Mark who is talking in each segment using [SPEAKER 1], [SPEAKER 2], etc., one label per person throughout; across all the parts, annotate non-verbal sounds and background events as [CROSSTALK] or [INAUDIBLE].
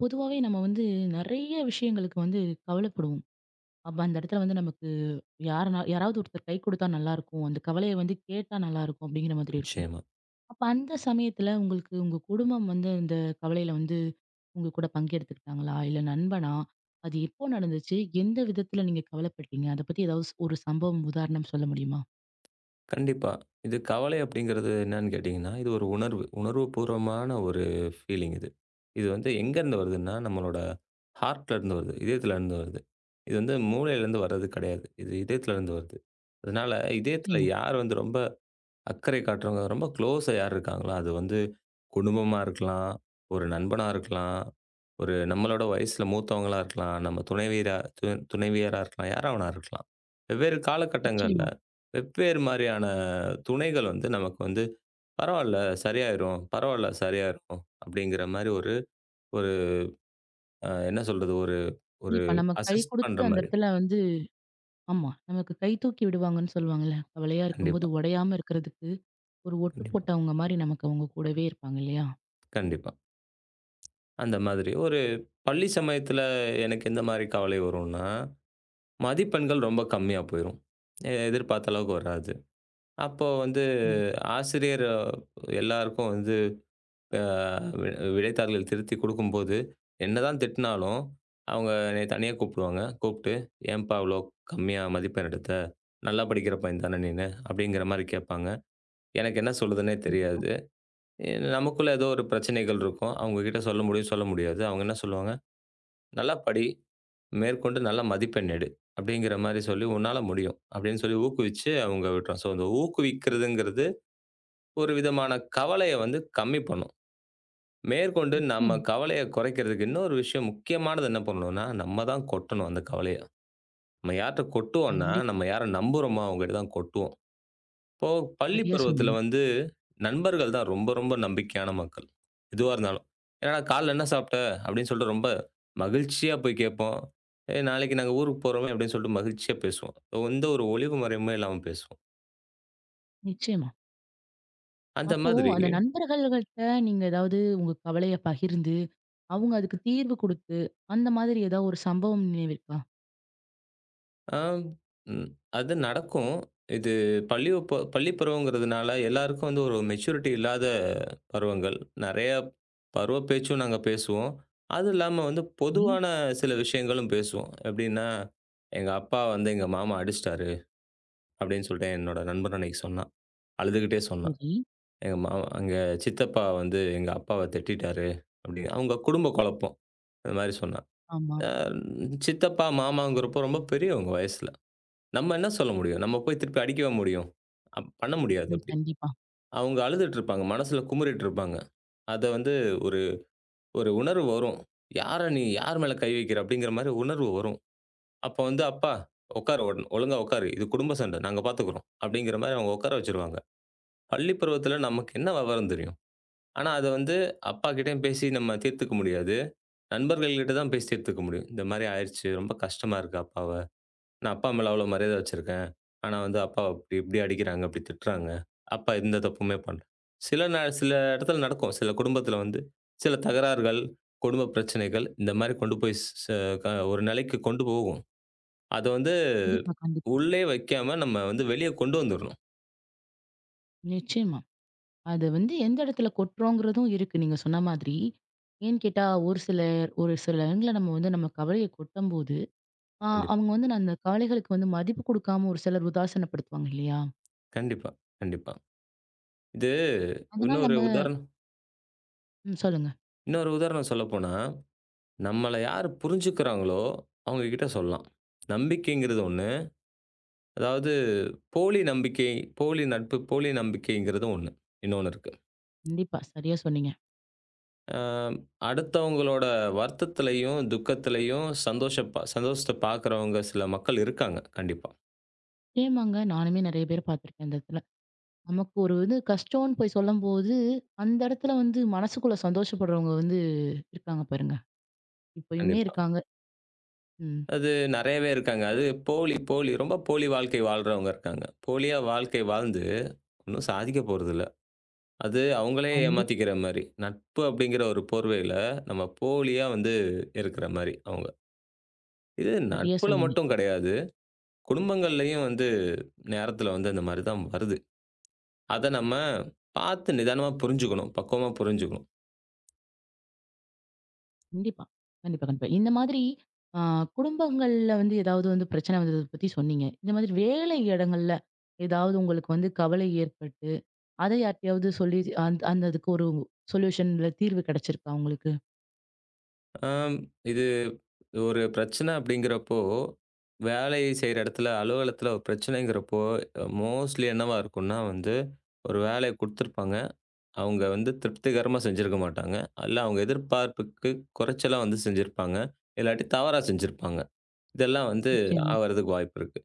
[SPEAKER 1] பொதுவாவே நம்ம வந்து நெறைய விஷயங்களுக்கு வந்து கவலைப்படுவோம். அப்ப அந்த இடத்துல வந்து நமக்கு யாருனா யாராவது ஒருத்தர் கை குடுத்தா நல்லாருக்கும். அந்த கவலைய வந்து கேட்டா நல்லாருக்கும் அப்படிங்கிற மாதிரி இருக்கும்.
[SPEAKER 2] நிச்சயமா.
[SPEAKER 1] அப்ப அந்த சமயத்துல உங்களுக்கு உங்க குடும்பம் வந்து இந்த கவலையில வந்து உங்க கூட பங்கெடுத்துக்கிட்டாங்களா? இல்ல நண்பனா? அது எப்போ நடந்துச்சு? எந்த விதத்துல நீங்க கவலைப்பட்டீங்க? அத பத்தி ஏதாவது ஒரு சம்பவம், உதாரணம் சொல்ல முடியுமா?
[SPEAKER 2] கண்டிப்பா. இது கவலை அப்படிங்கிறது என்னன்னு கேட்டீங்கன்னா, இது ஒரு உணர்வு. உணர்வுபூர்வமான ஒரு ஃபீலிங் இது. இது வந்து எங்கேருந்து வருதுன்னா, நம்மளோட ஹார்ட்ல இருந்து வருது. இதயத்துல இருந்து வருது. இது வந்து மூளையிலேருந்து வர்றது கிடையாது. இது இதயத்துல இருந்து வருது. அதனால இதயத்துல
[SPEAKER 1] நிச்சயமா,
[SPEAKER 2] யார் வந்து ரொம்ப அக்கறை காட்டுறவங்க ரொம்ப க்ளோஸா யார் இருக்காங்களோ, அது வந்து குடும்பமா இருக்கலாம், ஒரு நண்பனா இருக்கலாம், ஒரு நம்மளோட வயசுல மூத்தவங்களா இருக்கலாம், நம்ம துணைவியரா இருக்கலாம், யாரா வேணா இருக்கலாம். வெவ்வேறு காலகட்டங்கள்ல
[SPEAKER 1] நிச்சயமா.
[SPEAKER 2] வெவ்வேறு மாரியான துணைகள் வந்து நமக்கு வந்து, "பரவால்ல சரியாயிரும், பரவால்ல சரியாயிரும்" அப்படிங்கிற மாரி ஒரு ஒரு என்ன சொல்றது? ஒரு ஒரு
[SPEAKER 1] கண்டிப்பா. நம்ம கை
[SPEAKER 2] அசிஸ்ட் பண்ற
[SPEAKER 1] குடுத்து அந்த
[SPEAKER 2] மாரி.
[SPEAKER 1] இடத்துல வந்து ஆமா. நமக்கு கை தூக்கி விடுவாங்கன்னு சொல்லுவாங்கல்ல. கவலையா இருக்கும்போது
[SPEAKER 2] கண்டிப்பா,
[SPEAKER 1] உடையாம இருக்கிறதுக்கு. ஒரு ஒட்டு
[SPEAKER 2] கண்டிப்பா,
[SPEAKER 1] போட்டவங்க மாரி நமக்கு அவங்க கூடவே இருப்பாங்க இல்லையா?
[SPEAKER 2] கண்டிப்பா. அந்த மாதிரி ஒரு பள்ளி சமயத்துல எனக்கு எந்த மாரி கவலை வரும்னா மதிப்பெண்கள் ரொம்ப கம்மியா போயிரும். எதிர்பார்த்த அளவுக்கு வராது. அப்போ வந்து
[SPEAKER 1] கண்டிப்பா,
[SPEAKER 2] ஆசிரியர் எல்லாருக்கும் வந்து அ வி விடைத்தாள்கள் திருத்தி குடுக்கும்போது, என்னதான் திட்டினாலும், அவங்க என்னைய தனியா கூப்பிடுவாங்க. கூப்ட்டு, "ஏன்பா இவ்ளோ கம்மியா மதிப்பெண் எடுத்த? நல்லா படிக்கிற பையன் தானே நீனு?" அப்படிங்கிற மாரி கேட்பாங்க. எனக்கு என்ன சொல்லுதுன்னே
[SPEAKER 1] கண்டிப்பா.
[SPEAKER 2] தெரியாது. எ நமக்குள்ள ஏதோ ஒரு பிரச்சனைகள் இருக்கும். அவங்க கிட்ட சொல்ல முடியும், சொல்ல முடியாது. அவங்க என்ன சொல்லுவாங்க, "நல்லா படி. மேற்கொண்டு நல்ல மதிப்பெண் எடு. அப்படிங்கிற மாரி சொல்லி, "உன்னால முடியும்." அப்படின்னு சொல்லி ஊக்குவிச்சு அவங்க விட்றோம். ஸோ, இந்த ஊக்குவிக்கிறதுங்கிறது ஒரு விதமான கவலைய வந்து கம்மி பண்ணும். மேற்கொண்டு நம்ம
[SPEAKER 1] நிச்சயமா.
[SPEAKER 2] கவலைய குறைக்கிறதுக்கு இன்னொரு விஷயம் முக்கியமானது என்ன பண்ணணும்னா, நம்ம தான் கொட்டணும் அந்த கவலைய. நம்ம யார்ட்ட கொட்டுவோம்னா,
[SPEAKER 1] கண்டிப்பா.
[SPEAKER 2] நம்ம யார நம்புறோமோ அவங்ககிட்ட தான் கொட்டுவோம். இப்போ பள்ளி
[SPEAKER 1] சரியா
[SPEAKER 2] பருவத்தில
[SPEAKER 1] சொன்னீங்க.
[SPEAKER 2] வந்து நண்பர்கள் தான் ரொம்ப, ரொம்ப நம்பிக்கையான மக்கள். எதுவா இருந்தாலும். "என்னடா காலைல என்ன சாப்பிட்ட?" அப்படின்னு சொல்லிட்டு ரொம்ப மகிழ்ச்சியா போய் கேட்போம். "ஏய் நாளைக்கு நாங்க ஊருக்கு போறோமே" அப்படின்னு சொல்லிட்டு மகிழ்ச்சியா பேசுவோம். எந்த ஒரு ஒளிவு மறைவுமே இல்லாம பேசுவோம்.
[SPEAKER 1] நிச்சயமா.
[SPEAKER 2] அந்த
[SPEAKER 1] அப்போ
[SPEAKER 2] மாதிரி
[SPEAKER 1] அந்த நண்பர்கள்கிட்ட நீங்க ஏதாவது உங்க கவலைய பகிர்ந்து, அவங்க அதுக்கு தீர்வு குடுத்து, அந்த மாதிரி ஏதாவது ஒரு சம்பவம் நினைவிருக்கா?
[SPEAKER 2] ஆம், ம். அது நடக்கும். இது பள்ளி பருவங்கிறதுனால எல்லாருக்கும் வந்து ஒரு மெச்சூரிட்டி இல்லாத பருவங்கள். நெறைய பருவ பேச்சும் நாங்க பேசுவோம். அது இல்லாம வந்து
[SPEAKER 1] சரி,
[SPEAKER 2] பொதுவான சில விஷயங்களும் பேசுவோம். எப்படின்னா, "எங்க அப்பா வந்து எங்க மாமா அடிச்சிட்டாரு" அப்படின்னு சொல்லிட்டு என்னோட நண்பன் அன்னைக்கு சொன்னான். அழுதுகிட்டே சொன்னான்.
[SPEAKER 1] சரி.
[SPEAKER 2] "எங்க மாமா எங்க சித்தப்பா வந்து எங்க அப்பாவ திட்டிட்டாரு" அப்படின்னு. அவங்க குடும்ப குழப்பம். இந்த மாரி சொன்னான்.
[SPEAKER 1] ஆமா.
[SPEAKER 2] அ சித்தப்பா, மாமாங்கிறப்போ ரொம்ப பெரியவங்க வயசுல. நம்ம என்ன சொல்ல முடியும்? நம்ம போய் திருப்பி அடிக்கவா முடியும்? அப் பண்ண முடியாது
[SPEAKER 1] ம்.
[SPEAKER 2] அப்படி.
[SPEAKER 1] கண்டிப்பா.
[SPEAKER 2] அவங்க அழுதுட்டுருப்பாங்க. மனசுல குமுறிட்டுருப்பாங்க. அத வந்து ஒரு ஒரு உணர்வு வரும். "யார நீ யார் மேல கை வைக்கிற?" அப்படிங்கிற மாரி உணர்வு வரும். அப்ப வந்து, "அப்பா உட்காரு ஒன் ஒழுங்கா உட்காரு. இது குடும்ப சண்டை. நாங்க பார்த்துக்கிறோம்." அப்படிங்கிற மாரி அவங்க உட்கார வச்சுருவாங்க. பள்ளி பருவத்தில நமக்கு என்ன விவரம் தெரியும்? ஆனா அத வந்து அப்பாகிட்டயும் பேசி நம்ம தீர்த்துக்க முடியாது. நண்பர்கள்கிட்ட தான் பேசி தீர்த்துக்க முடியும். "இந்த மாரி ஆயிருச்சு. ரொம்ப கஷ்டமா இருக்கு அப்பாவ." நான் அப்பா மேல அவ்வளோ மரியாதை வச்சிருக்கேன். ஆனா வந்து அப்பா அப்படி இப்படி அடிக்கிறாங்க, அப்படி திட்டுறாங்க. அப்பா எந்த தப்புமே பண்ணல. சில இடத்துல நடக்கும். சில குடும்பத்தில வந்து சில தகராறுகள், குடும்ப பிரச்சனைகள் இந்த மாரி கொண்டு போய் ஸ் ச க ஒரு நிலைக்கு கொண்டு போகும். அத வந்து
[SPEAKER 1] கண்டிப்பா, கண்டிப்பா.
[SPEAKER 2] உள்ளே வைக்காம நம்ம வந்து வெளிய கொண்டு வந்துரணும்.
[SPEAKER 1] நிச்சயமா. அத வந்து எந்த இடத்துல கொட்டுறோங்கிறதும் இருக்கு நீங்க சொன்ன மாதிரி. ஏன்னு கேட்டா ஒரு சிலர் ஒரு சில இடங்கள்ல நம்ம வந்து நம்ம கவலைய கொட்டும்போது ஆ
[SPEAKER 2] கண்டிப்பா,
[SPEAKER 1] அவங்க வந்து நான் அந்த கவலைகளுக்கு வந்து மதிப்பு குடுக்காம ஒரு சிலர் உதாசீனப்படுத்துவாங்க இல்லையா?
[SPEAKER 2] கண்டிப்பா, கண்டிப்பா. இது
[SPEAKER 1] அதனால
[SPEAKER 2] இன்னொரு
[SPEAKER 1] நம்ம
[SPEAKER 2] உதாரணம்
[SPEAKER 1] ம் சொல்லுங்க.
[SPEAKER 2] இன்னொரு உதாரணம் சொல்லப்போனா, நம்மள யார் புரிஞ்சுக்கிறாங்களோ அவங்க கிட்ட சொல்லலாம். நம்பிக்கைங்கிறது ஒண்ணு அதாவது போலி நம்பிக்கை, போலி நட்பு, போலி நம்பிக்கைங்கிறது ஒண்ணு. இன்னொன்னு இருக்கு.
[SPEAKER 1] கண்டிப்பா. சரியா சொன்னீங்க.
[SPEAKER 2] அ அடுத்தவங்களோட வருத்தத்திலயும், துக்கத்திலயும் சந்தோஷத்த பார்க்குறவங்க சில மக்கள் இருக்காங்க. கண்டிப்பா,
[SPEAKER 1] சேமாங்க நானுமே நெறைய பேர பார்த்துருக்கேன் இந்த இடத்துல. நமக்கு ஒரு இது கஷ்டம்னு போய் சொல்லும்போது, அந்த இடத்துல வந்து மனசுக்குள்ள சந்தோஷப்படுறவங்க வந்து இருக்காங்க பாருங்க. இப்பயுமே
[SPEAKER 2] கண்டிப்பா.
[SPEAKER 1] இருக்காங்க. ம்.
[SPEAKER 2] அது நெறையவே இருக்காங்க. அது போலி, போலி ரொம்ப போலி வாழ்க்கை வாழ்றவங்க இருக்காங்க. போலியா வாழ்க்கை வாழ்ந்து ஒண்ணும் சாதிக்க போறதில்ல. அது அவங்களே
[SPEAKER 1] கண்டிப்பா.
[SPEAKER 2] ஏமாத்திக்கிற மாரி. நட்பு அப்படிங்கிற ஒரு போர்வையில நம்ம போலியா வந்து இருக்கிற மாரி அவங்க. இது
[SPEAKER 1] சரியா
[SPEAKER 2] நட்புல
[SPEAKER 1] சொன்னீங்க.
[SPEAKER 2] மட்டும் கிடையாது. குடும்பங்கள்லயும் வந்து நேரத்துல வந்து அந்த மாரி தான் வருது. அத நம்ம பார்த்து நிதானமா புரிஞ்சுக்கணும். பக்குவமா புரிஞ்சுக்கணும்.
[SPEAKER 1] கண்டிப்பா. கண்டிப்பா, கண்டிப்பா. இந்த மாதிரி ஆ குடும்பங்கள்ல வந்து ஏதாவது வந்து பிரச்சனை வந்தத பத்தி சொன்னீங்க. இந்த மாதிரி வேலை இடங்கள்ல ஏதாவது உங்களுக்கு வந்து கவலை ஏற்பட்டு அத யார்ட்டயாவது சொல்லி அந்த அந்த அதுக்கு ஒரு சொல்யூஷன்ல தீர்வு கிடைச்சிருக்கா உங்களுக்கு?
[SPEAKER 2] ஆம். இது ஒரு பிரச்சனை அப்படிங்கிறப்போ, வேலை செய்ற இடத்துல, அலுவலகத்துல ஒரு பிரச்சனைங்கிறப்போ, மோஸ்ட்லி என்னவா இருக்கும்னா வந்து, ஒரு வேலைய குடுத்துருப்பாங்க. அவங்க வந்து திருப்திகரமா செஞ்சிருக்க மாட்டாங்க. அல்ல அவங்க எதிர்பார்ப்புக்கு குறைச்சலா வந்து செஞ்சிருப்பாங்க. இல்லாட்டி தவறா செஞ்சிருப்பாங்க. இதெல்லாம் வந்து
[SPEAKER 1] நிச்சயமா.
[SPEAKER 2] ஆவறதுக்கு வாய்ப்பு இருக்கு.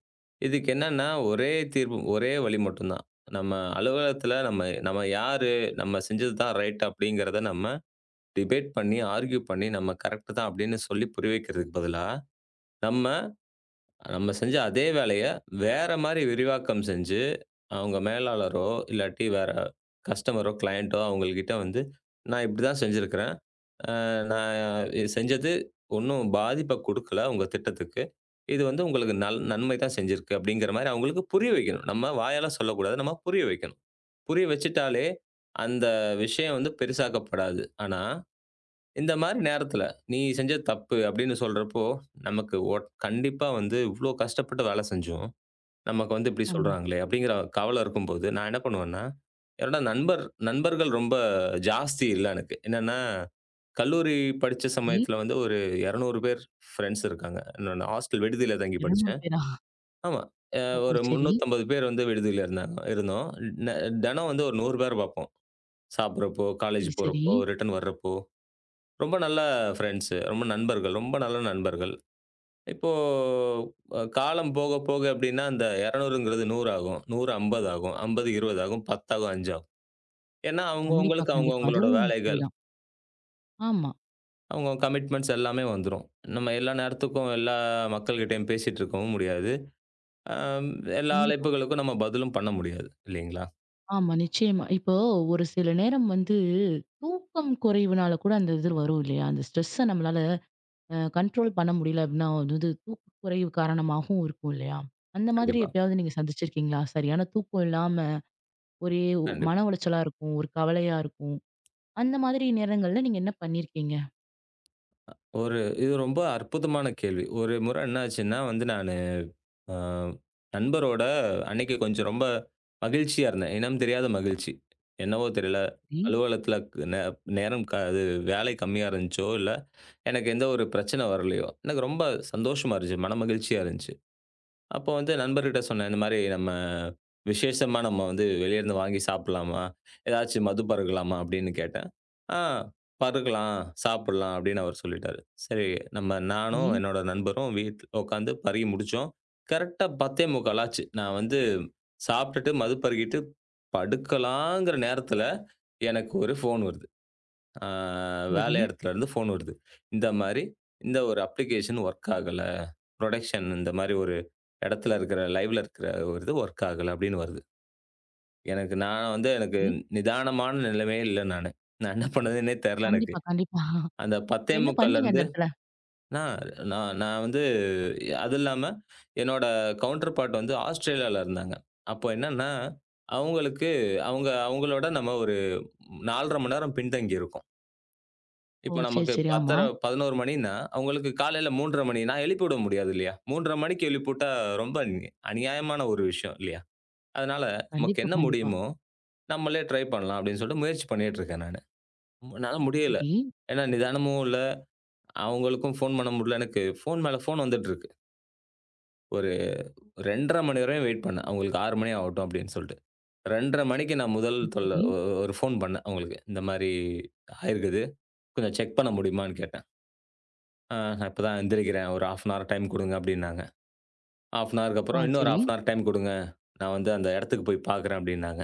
[SPEAKER 2] இதுக்கு என்னன்னா, ஒரே தீர்வு, ஒரே வழி மட்டும் தான். நம்ம அலுவலகத்துல நம்ம நம்ம யாரு? நம்ம செஞ்சது தான் ரைட் அப்படிங்கிறத நம்ம டிபேட் பண்ணி, ஆர்க்யூ பண்ணி, நம்ம கரெக்ட் தான் அப்படின்னு சொல்லி புரிய வைக்கிறதுக்கு பதிலா, நம்ம நம்ம செஞ்ச அதே வேலைய வேற மாரி விரிவாக்கம் செஞ்சு, அவங்க மேலாளரோ, இல்லாட்டி வேற கஸ்டமரோ, கிளையன்ட்டோ அவங்கள்கிட்ட வந்து, "நான் இப்படிதான் செஞ்சிருக்கிறேன். அ நான் இது செஞ்சது ஒண்ணும் பாதிப்ப குடுக்கல உங்க திட்டத்துக்கு. இது வந்து உங்களுக்கு நன்மை தான் செஞ்சிருக்கு." அப்படிங்கிற மாரி அவங்களுக்கு புரிய வைக்கணும். நம்ம வாயால சொல்லக்கூடாது. நம்ம புரிய வைக்கணும். புரிய வச்சுட்டாலே, அந்த விஷயம் வந்து பெரிசாக்கப்படாது. ஆனா இந்த மாரி நேரத்துல, "நீ செஞ்சது தப்பு" அப்படின்னு சொல்றப்போ, நமக்கு கண்டிப்பா வந்து இவ்ளோ கஷ்டப்பட்டு வேலை செஞ்சும், நமக்கு வந்து இப்படி
[SPEAKER 1] ஆமா.
[SPEAKER 2] சொல்றாங்களே அப்படிங்கிற கவலை இருக்கும்போது, நான் என்ன பண்ணுவேன்னா, என்னோட நண்பர்கள் ரொம்ப ஜாஸ்தி இல்ல எனக்கு. என்னன்னா, கல்லூரி படிச்ச
[SPEAKER 1] இ
[SPEAKER 2] சமயத்துல வந்து ஒரு 200 பேர் ஃப்ரெண்ட்ஸ் இருக்காங்க. நான் ஹாஸ்டல் விடுதியில தங்கி
[SPEAKER 1] 200
[SPEAKER 2] படிச்சேன்.
[SPEAKER 1] பேரா?
[SPEAKER 2] ஆமா. அ
[SPEAKER 1] ஓ!
[SPEAKER 2] ஒரு
[SPEAKER 1] சரி,
[SPEAKER 2] 350 பேர் வந்து விடுதியில இருந்தாங்க இருந்தோம். ந தினம் வந்து ஒரு 100 பேர பார்ப்போம். சாப்பிடுறப்போ, காலேஜ்
[SPEAKER 1] சரி, சரி.
[SPEAKER 2] போறப்போ, ரிட்டர்ன் வர்றப்போ. ரொம்ப நல்ல ஃப்ரெண்ட்ஸு. ரொம்ப நண்பர்கள். ரொம்ப நல்ல நண்பர்கள். இப்போ காலம் போக போக எப்படின்னா, அந்த 200ங்கிறது 100 ஆகும். 100 50 ஆகும். 50 20 ஆகும். 10 ஆகும். 5 ஆகும். ஏன்னா
[SPEAKER 1] கண்டிப்பா,
[SPEAKER 2] அவங்கவங்களுக்கு
[SPEAKER 1] கண்டிப்பா.
[SPEAKER 2] அவங்கவங்களோட
[SPEAKER 1] அதுவும்
[SPEAKER 2] வேலைகள்,
[SPEAKER 1] சரிதான். ஆமா.
[SPEAKER 2] அவங்க கமிட்மெண்ட்ஸ் எல்லாமே வந்துரும். நம்ம எல்லா நேரத்துக்கும் எல்லா மக்கள்கிட்டயும் பேசிட்டு இருக்கவும் முடியாது. அம் எல்லா
[SPEAKER 1] கண்டிப்பா.
[SPEAKER 2] அழைப்புகளுக்கும் நம்ம பதிலும் பண்ண முடியாது. இல்லைங்களா?
[SPEAKER 1] ஆமா, நிச்சயமா. இப்போ ஒரு சில நேரம் வந்து தூக்கம் குறைவுனால கூட அந்த இது வரும் இல்லையா? அந்த ஸ்ட்ரெஸ்ஸ நம்மளால கண்ட்ரோல் பண்ண முடியல அப்படின்னா, அது வந்து தூக்க குறைவு காரணமாகவும் இருக்கும் இல்லையா? அந்த மாதிரி
[SPEAKER 2] கண்டிப்பா,
[SPEAKER 1] எப்பயாவது நீங்க சந்திச்சிருக்கீங்களா? சரியான தூக்கம் இல்லாம ஒரே மன
[SPEAKER 2] கண்டிப்பா.
[SPEAKER 1] உளைச்சலா இருக்கும், ஒரு கவலையா இருக்கும். அந்த மாதிரி நேரங்கள்ல நீங்க என்ன பண்ணியிருக்கீங்க?
[SPEAKER 2] ஒரு இது ரொம்ப அற்புதமான கேள்வி. ஒரு முறை என்ன ஆச்சுன்னா வந்து நான் அ நண்பரோட அன்னைக்கு கொஞ்சம் ரொம்ப மகிழ்ச்சியா இருந்தேன். இனம் தெரியாத மகிழ்ச்சி. என்னவோ தெரியல.
[SPEAKER 1] சரி,
[SPEAKER 2] அலுவலகத்தில நே நேரம் அது வேலை கம்மியா இருந்துச்சோ, இல்ல எனக்கு எந்த ஒரு பிரச்சனை வரலையோ, எனக்கு ரொம்ப சந்தோஷமா இருந்துச்சு. மனமகிழ்ச்சியா இருந்துச்சு. அப்போ வந்து நண்பர்கிட்ட சொன்னேன். இந்த மாரி நம்ம விசேஷமா நம்ம வந்து வெளியருந்து வாங்கி சாப்பிடலாமா? ஏதாச்சும் மது பருகலாமா? அப்படின்னு கேட்டேன். ஆ பருகலாம், சாப்பிடலாம் அப்படின்னு அவர் சொல்லிட்டாரு. சரி நம்ம
[SPEAKER 1] சரி,
[SPEAKER 2] நானும் என்னோட நண்பரும் வீட்ல உட்காந்து பருகி முடிச்சோம். கரெக்ட்டா 10:45 ஆச்சு. நான் வந்து சாப்பிட்டுட்டு மது பருகிட்டு படுக்கலாங்கிற நேரத்துல எனக்கு ஒரு ஃபோன் வருது. ஆ வேலை
[SPEAKER 1] சரி,
[SPEAKER 2] இடத்துலருந்து ஃபோன் வருது. இந்த மாரி, இந்த ஒரு அப்ளிகேஷன் ஒர்க் ஆகல. புரொடக்ஷன் இந்த மாரி ஒரு இடத்துல இருக்கிற லைவ்ல இருக்கிற ஒரு இது ஒர்க் ஆகல அப்படின்னு வருது. எனக்கு நான் வந்து எனக்கு
[SPEAKER 1] சரி.
[SPEAKER 2] நிதானமான நிலைமையே இல்ல நானு. நான் என்ன பண்ணதுன்னே தெரியல எனக்கு.
[SPEAKER 1] கண்டிப்பா, கண்டிப்பா.
[SPEAKER 2] அந்த
[SPEAKER 1] இப்ப என்ன பண்ணீங்க
[SPEAKER 2] 10:45லேருந்து
[SPEAKER 1] அந்த இடத்துல?
[SPEAKER 2] நான் நான் நான் வந்து அது இல்லாம என்னோட கவுண்டர் பார்ட் வந்து ஆஸ்திரேலியால இருந்தாங்க. அப்போ என்னன்னா, அவங்களுக்கு அவங்க அவங்களோட நம்ம ஒரு 4 1/2 மணி நேரம் பின்தங்கி இருக்கோம்.
[SPEAKER 1] ஓ!
[SPEAKER 2] இப்ப
[SPEAKER 1] சரி,
[SPEAKER 2] நமக்கு
[SPEAKER 1] சரி. ஆமா.
[SPEAKER 2] 10:30 11:00 மணின்னா, அவங்களுக்கு காலையில 3:30 மணி நான் எழுப்பிவிட முடியாது இல்லையா? 3:30 மணிக்கு எழுப்பிவுட்டா ரொம்ப அநியாயமான ஒரு விஷயம் இல்லையா? அதனால நமக்கு
[SPEAKER 1] கண்டிப்பா,
[SPEAKER 2] என்ன
[SPEAKER 1] கண்டிப்பா.
[SPEAKER 2] முடியுமோ, நம்மளே ட்ரை பண்ணலாம் அப்படின்னு சொல்லிட்டு முயற்சி பண்ணிட்டு இருக்கேன் நானு. என்னால முடியல.
[SPEAKER 1] சரி,
[SPEAKER 2] ஏன்னா நிதானமும் இல்ல, அவங்களுக்கும் ஃபோன் பண்ண முடியல. எனக்கு ஃபோன் மேல ஃபோன் வந்துட்டு இருக்கு. ஒரு 2:30 மணி வரையும் வெயிட் பண்ணேன். அவங்களுக்கு 6:00 மணி ஆகட்டும் அப்படின்னு சொல்லிட்டு. 2:30 மணிக்கு நான் முதல்
[SPEAKER 1] ம்,
[SPEAKER 2] தொல்ல
[SPEAKER 1] சரி.
[SPEAKER 2] ஒரு ஃபோன் பண்ணேன் அவங்களுக்கு. இந்த மாரி ஆயிருக்குது. கொஞ்சம் செக் பண்ண முடியுமான்னு கேட்டேன். ஆ நான் இப்ப தான் எந்திரிக்கிறேன். ஒரு 1/2 அன் ஹவர் டைம் குடுங்க அப்டின்னாங்க. 1/2 அன் ஹவருக்கு
[SPEAKER 1] ஆ,
[SPEAKER 2] அப்புறம் இன்னொரு
[SPEAKER 1] சரி.
[SPEAKER 2] 1/2 அன் ஹவர் டைம் குடுங்க. நான் வந்து அந்த இடத்துக்கு போய் பார்க்குறேன் அப்டின்னாங்க.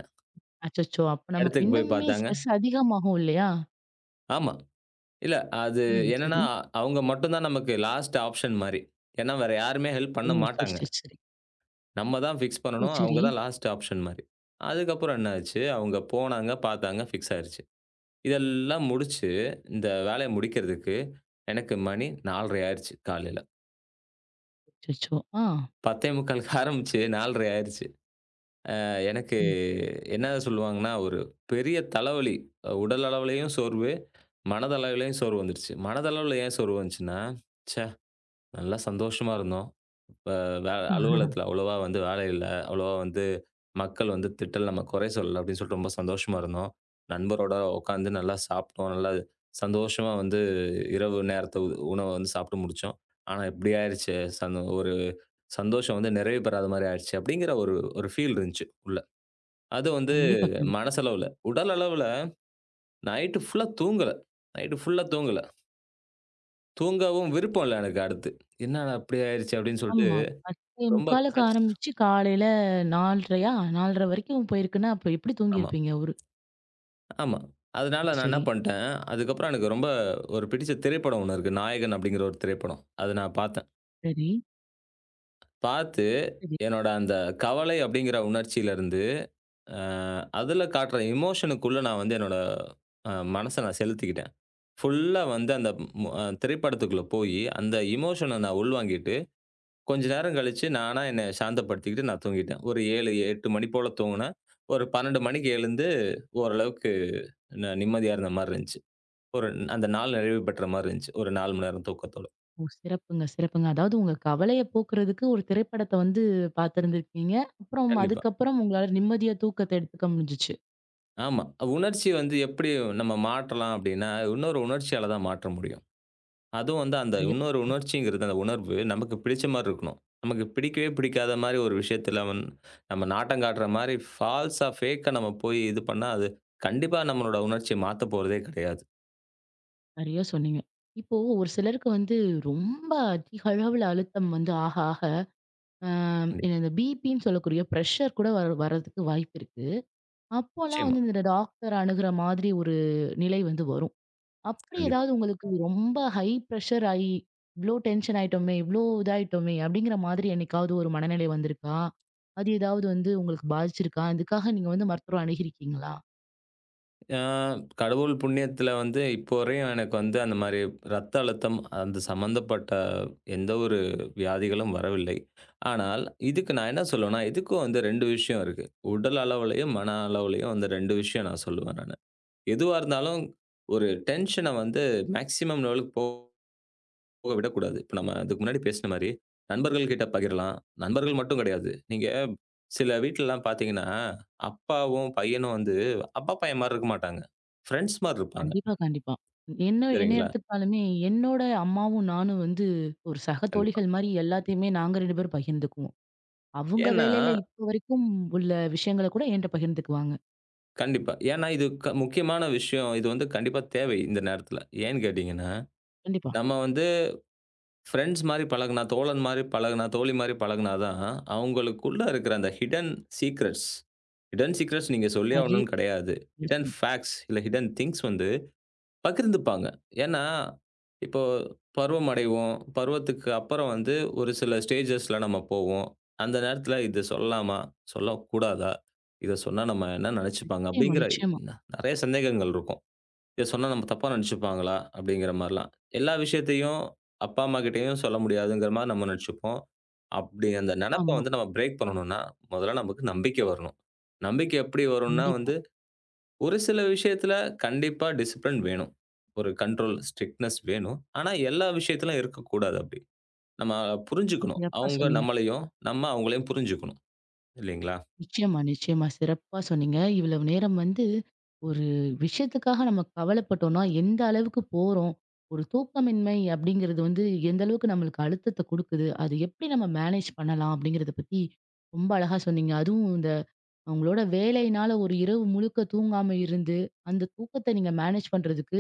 [SPEAKER 1] அச்சச்சோ! அப்ப நமக்கு
[SPEAKER 2] இடத்துக்கு போய்
[SPEAKER 1] இன்னுமே
[SPEAKER 2] பார்த்தாங்க.
[SPEAKER 1] ஸ்ட்ரெஸ் அதிகமாகும் இல்லையா?
[SPEAKER 2] ஆமா. இல்ல அது
[SPEAKER 1] ம்,
[SPEAKER 2] என்னன்னா,
[SPEAKER 1] சரி.
[SPEAKER 2] அவங்க மட்டும் தான் நமக்கு லாஸ்ட் ஆப்ஷன் மாரி. ஏன்னா வேற யாருமே ஹெல்ப்
[SPEAKER 1] ஓ!
[SPEAKER 2] பண்ண
[SPEAKER 1] சரி,
[SPEAKER 2] மாட்டாங்க.
[SPEAKER 1] சரி, சரி.
[SPEAKER 2] நம்ம தான் ஃபிக்ஸ்
[SPEAKER 1] ஓ!
[SPEAKER 2] பண்ணணும். அவங்க
[SPEAKER 1] சரி.
[SPEAKER 2] தான் லாஸ்ட் ஆப்ஷன் மாரி. அதுக்கப்புறம் என்ன ஆச்சு, அவங்க போனாங்க, பார்த்தாங்க, ஃபிக்ஸ் ஆயிருச்சு. இதெல்லாம் முடிச்சு, இந்த வேலைய முடிக்கிறதுக்கு எனக்கு மணி 4:30 ஆயிருச்சு காலையில.
[SPEAKER 1] அச்சச்சோ! ஆ.
[SPEAKER 2] 10:45க்கு ஆரம்பிச்சு 4:30 ஆயிருச்சு. எனக்கு
[SPEAKER 1] ம்.
[SPEAKER 2] என்ன சொல்லுவாங்கன்னா, ஒரு பெரிய தலைவலி. உடல் அளவிலயும் சோர்வு, மனதளவிலயும் சோர்வு வந்துருச்சு. மனதளவில ஏன் சோர்வு வந்துச்சுன்னா, "ச்சே! நல்லா சந்தோஷமா இருந்தோம். இப்ப அலுவலகத்தில
[SPEAKER 1] [LAUGHS]
[SPEAKER 2] அவ்வளவா வந்து வேலை இல்ல. அவ்வளவா வந்து மக்கள் வந்து திட்டல, நம்ம குறை சொல்லல" அப்படின்னு சொல்லிட்டு ரொம்ப சந்தோஷமா இருந்தோம். நண்பரோட உட்காந்து நல்லா சாப்பிட்டோம். நல்லா சந்தோஷமா வந்து இரவு நேரத்த உணவ வந்து சாப்பிட்டு முடிச்சோம். ஆனா இப்படி ஆயிருச்சே! ஒரு சந்தோஷம் வந்து நிறைவு பெறாத மாரி ஆயிருச்சு. அப்படிங்கிற ஒரு ஒரு ஃபீல் இருந்துச்சு. உள்ள. அதுவும் வந்து
[SPEAKER 1] கண்டிப்பா, கண்டிப்பா.
[SPEAKER 2] மனசளவுல. உடல் அளவுல நைட்டு ஃபுல்லா தூங்கல. நைட்டு ஃபுல்லா தூங்கல. தூங்கவும் விருப்பம் இல்ல எனக்கு அடுத்து. என்னடா இப்படி ஆயிருச்சு அப்படின்னு சொல்லிட்டு
[SPEAKER 1] ஆமா.
[SPEAKER 2] ரொம்ப
[SPEAKER 1] 10:45க்கு
[SPEAKER 2] கஷ்ட
[SPEAKER 1] ஆரம்பிச்சு காலையில 4:30யா? 4:30 வரைக்கும் போயிருக்குன்னா, அப்ப எப்படி
[SPEAKER 2] ஆமா,
[SPEAKER 1] தூங்கியிருப்பீங்க? ஒரு
[SPEAKER 2] ஆமா. அதனால
[SPEAKER 1] சரி,
[SPEAKER 2] நான் என்ன
[SPEAKER 1] சரி.
[SPEAKER 2] பண்ணிட்டேன், அதுக்கப்புறம் எனக்கு ரொம்ப ஒரு பிடிச்ச திரைப்படம் ஒண்ணு இருக்கு. நாயகன் அப்படிங்கிற ஒரு திரைப்படம். அத நான் பார்த்தேன்.
[SPEAKER 1] சரி,
[SPEAKER 2] பார்த்து
[SPEAKER 1] சரி.
[SPEAKER 2] என்னோட அந்த கவலை அப்படிங்கிற உணர்ச்சியிலருந்து, அ அதுல காட்டுற எமோஷனுக்குள்ள நான் வந்து என்னோட மனச நான் செலுத்திக்கிட்டேன். ஃபுல்லா வந்து அந்த மு திரைப்படத்துக்குள்ள போயி அந்த எமோஷன நான் உள்வாங்கிட்டேன். கொஞ்ச நேரம் கழிச்சு நானா என்ன சாந்தப்படுத்திக்கிட்டு நான் தூங்கிட்டேன். ஒரு 7, 8 மணி போல தூங்குனேன். ஒரு 12 மணிக்கு எழுந்து ஓரளவுக்கு நிம்மதியா இருந்த மாரி இருந்துச்சு. ஒரு அந்த நாள் நிறைவு பெற்ற மாரி இருந்துச்சு. ஒரு 4 மணி நேரம் தூக்கத்தோட.
[SPEAKER 1] ஓ! சிறப்புங்க, சிறப்புங்க. அதாவது உங்க கவலைய போக்குறதுக்கு ஒரு திரைப்படத்த வந்து பார்த்திருந்திருக்கீங்க. அப்புறம்
[SPEAKER 2] கண்டிப்பா.
[SPEAKER 1] அதுக்கப்புறம் உங்களால நிம்மதியா தூக்கத்த எடுத்துக்க முடிஞ்சுச்சு.
[SPEAKER 2] ஆமா. உணர்ச்சி வந்து எப்படி நம்ம மாற்றலாம் அப்படின்னா, இன்னொரு உணர்ச்சியால தான் மாற்ற முடியும். அதுவும் வந்து அந்த
[SPEAKER 1] சரியா
[SPEAKER 2] இன்னொரு உணர்ச்சிங்கிறது, அந்த உணர்வு நமக்கு பிடிச்ச மாரி இருக்கணும். நமக்கு பிடிக்கவே பிடிக்காத மாரி ஒரு விஷயத்துல வந் நம்ம நாட்டம் காட்டுற மாரி ஃபால்ஸா, ஃபேக்கா நம்ம போய் இது பண்ணா, அது கண்டிப்பா நம்மளோட உணர்ச்சிய மாத்தப் போறதே கிடையாது.
[SPEAKER 1] சரியா சொன்னீங்க. இப்போ ஒரு சிலருக்கு வந்து ரொம்ப அதிக அளவுல அழுத்தம் வந்து ஆக ஆக, அ இந்த பிபின்னு சொல்லக்கூடிய பிரஷர் கூட வர வரதுக்கு வாய்ப்பு இருக்கு. அப்போலாம்
[SPEAKER 2] நிச்சயமா.
[SPEAKER 1] வந்து இந்த டாக்டர் அணுகுற மாதிரி ஒரு நிலை வந்து வரும். அப்படி
[SPEAKER 2] கண்டிப்பா.
[SPEAKER 1] ஏதாவது உங்களுக்கு ரொம்ப ஹை பிரஷர் ஆயி, "இவ்ளோ டென்ஷன் ஆயிட்டோமே! இவ்ளோ இதாயிட்டோமே!" அப்படிங்கிற மாதிரி என்னைக்காவது ஒரு மனநிலை வந்திருக்கா? அது ஏதாவது வந்து உங்களுக்கு பாதிச்சிருக்கா? இதுக்காக நீங்க வந்து மருத்துவர அணுகியிருக்கீங்களா?
[SPEAKER 2] ஆ கடவுள் புண்ணியத்துல வந்து இப்போ வரையும் எனக்கு வந்து அந்த மாரி ரத்த அழுத்தம், அந்த சம்மந்தப்பட்ட எந்த ஒரு வியாதிகளும் வரவில்லை. ஆனால், இதுக்கு நான் என்ன சொல்லுவேன்னா, இதுக்கும் வந்து 2 விஷயம் இருக்கு. உடல் அளவுலயும், மன அளவுலயும் அந்த 2 விஷயம் நான் சொல்லுவேன் நானு. எதுவா இருந்தாலும் ஒரு டென்ஷன வந்து மேக்ஸிமம் லெவலுக்கு போக போக விடக்கூடாது. இப்ப நம்ம அதுக்கு முன்னாடி பேசின மாரி, நண்பர்கள் கிட்ட பகிரலாம். நண்பர்கள் மட்டும் கிடையாது. நீங்க சில வீட்லலாம் பார்த்தீங்கன்னா, அப்பாவும், பையனும் வந்து அப்பா, பையன் மாரி இருக்க மாட்டாங்க. ஃப்ரெண்ட்ஸ் மாரி இருப்பாங்க.
[SPEAKER 1] கண்டிப்பா, கண்டிப்பா. ம். என்ன என்ன
[SPEAKER 2] சரிங்களா?
[SPEAKER 1] எடுத்துக்கிட்டாலுமே, என்னோட அம்மாவும் நானும் வந்து ஒரு சக
[SPEAKER 2] கண்டிப்பா.
[SPEAKER 1] தோழிகள் மாரி எல்லாத்தையுமே நாங்க 2 பேரும் பகிர்ந்துக்குவோம். அவங்க
[SPEAKER 2] ஏன்னா
[SPEAKER 1] வேலையில இப்போ வரைக்கும் உள்ள விஷயங்கள கூட என்ட்ட பகிர்ந்துக்குவாங்க.
[SPEAKER 2] கண்டிப்பா. ஏன்னா இது முக்கியமான விஷயம். இது வந்து கண்டிப்பா தேவை இந்த நேரத்தில. ஏன்னு கேட்டீங்கன்னா,
[SPEAKER 1] கண்டிப்பா.
[SPEAKER 2] நம்ம வந்து ஃப்ரெண்ட்ஸ் மாரி பழகுனா, தோழன் மாரி பழகுனா, தோழி மாரி பழகுனா தான், அவங்களுக்குள்ள இருக்கிற அந்த சீக்ரெட்ஸ் ஹிடன் சீக்ரெட்ஸ் நீங்க சொல்லியே
[SPEAKER 1] நிறைய
[SPEAKER 2] ஆகணும்னு கிடையாது. ஹிடன்
[SPEAKER 1] விஷயம்.
[SPEAKER 2] ஃபேக்ட்ஸ் இல்ல ஹிடன் திங்ஸ் வந்து பகிர்ந்துப்பாங்க. ஏன்னா, இப்போ பருவம் அடைவோம். பருவத்துக்கு அப்புறம் வந்து ஒரு சில ஸ்டேஜஸ்ல நம்ம போவோம். அந்த நேரத்துல இது சொல்லலாமா? சொல்லக்கூடாதா? இத சொன்னா நம்ம என்ன நெனச்சுப்பாங்க?
[SPEAKER 1] நிச்சயமா,
[SPEAKER 2] அப்படிங்கிற
[SPEAKER 1] நிச்சயமா.
[SPEAKER 2] நெறைய சந்தேகங்கள் இருக்கும். இத சொன்னா நம்ம தப்பா நெனச்சுப்பாங்களா? அப்படிங்கிற மாரிலாம். எல்லா விஷயத்தையும் அப்பா, அம்மா கிட்டயும் சொல்ல முடியாதுங்கிற மாரி நம்ம நெனச்சுப்போம். அப்படி அந்த நெனப்ப
[SPEAKER 1] ஆமா.
[SPEAKER 2] வந்து நம்ம பிரேக் பண்ணணும்னா, முதல்ல நமக்கு நம்பிக்கை வரணும். நம்பிக்கை எப்படி வரும்னா
[SPEAKER 1] கண்டிப்பா.
[SPEAKER 2] வந்து ஒரு சில விஷயத்துல கண்டிப்பா டிசிப்ளின் வேணும். ஒரு கண்ட்ரோல், ஸ்ட்ரிக்ட்னஸ் வேணும். ஆனா, எல்லா விஷயத்திலும் இருக்கக்கூடாது அப்படி. நம்ம புரிஞ்சுக்கணும்.
[SPEAKER 1] சிறப்பா
[SPEAKER 2] அவங்க
[SPEAKER 1] சொன்னீங்க.
[SPEAKER 2] நம்மளையும், நம்ம அவங்களையும் புரிஞ்சுக்கணும். இல்லைங்களா?
[SPEAKER 1] நிச்சயமா, நிச்சயமா. சிறப்பா சொன்னீங்க. இவ்வளவு நேரம் வந்து ஒரு விஷயத்துக்காக நம்ம கவலைப்பட்டோம்னா, எந்த அளவுக்கு போறோம்? ஒரு தூக்கமின்மை அப்படிங்கிறது வந்து எந்த அளவுக்கு நம்மளுக்கு அழுத்தத்த குடுக்குது? அது எப்படி நம்ம மேனேஜ் பண்ணலாம்? அப்படிங்கிறத பத்தி ரொம்ப அழகா சொன்னீங்க. அதுவும் இந்த உங்களோட வேலையினால ஒரு இரவு முழுக்க தூங்காம இருந்து, அந்த தூக்கத்த நீங்க மேனேஜ் பண்றதுக்கு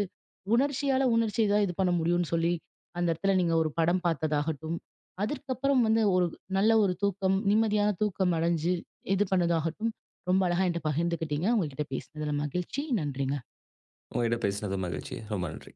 [SPEAKER 1] உணர்ச்சியால உணர்ச்சிய தான் இது பண்ண முடியும்னு சொல்லி, அந்த இடத்துல நீங்க ஒரு படம் பார்த்ததாகட்டும், அதற்கப்புறம் வந்து ஒரு நல்ல ஒரு தூக்கம், நிம்மதியான தூக்கம் அடைஞ்சு இது பண்ணதாகட்டும், ரொம்ப அழகா என்ட்ட பகிர்ந்துக்கிட்டீங்க. உங்ககிட்ட பேசினதுல மகிழ்ச்சி. நன்றிங்க.
[SPEAKER 2] உங்ககிட்ட பேசினது மகிழ்ச்சி. ரொம்ப நன்றி.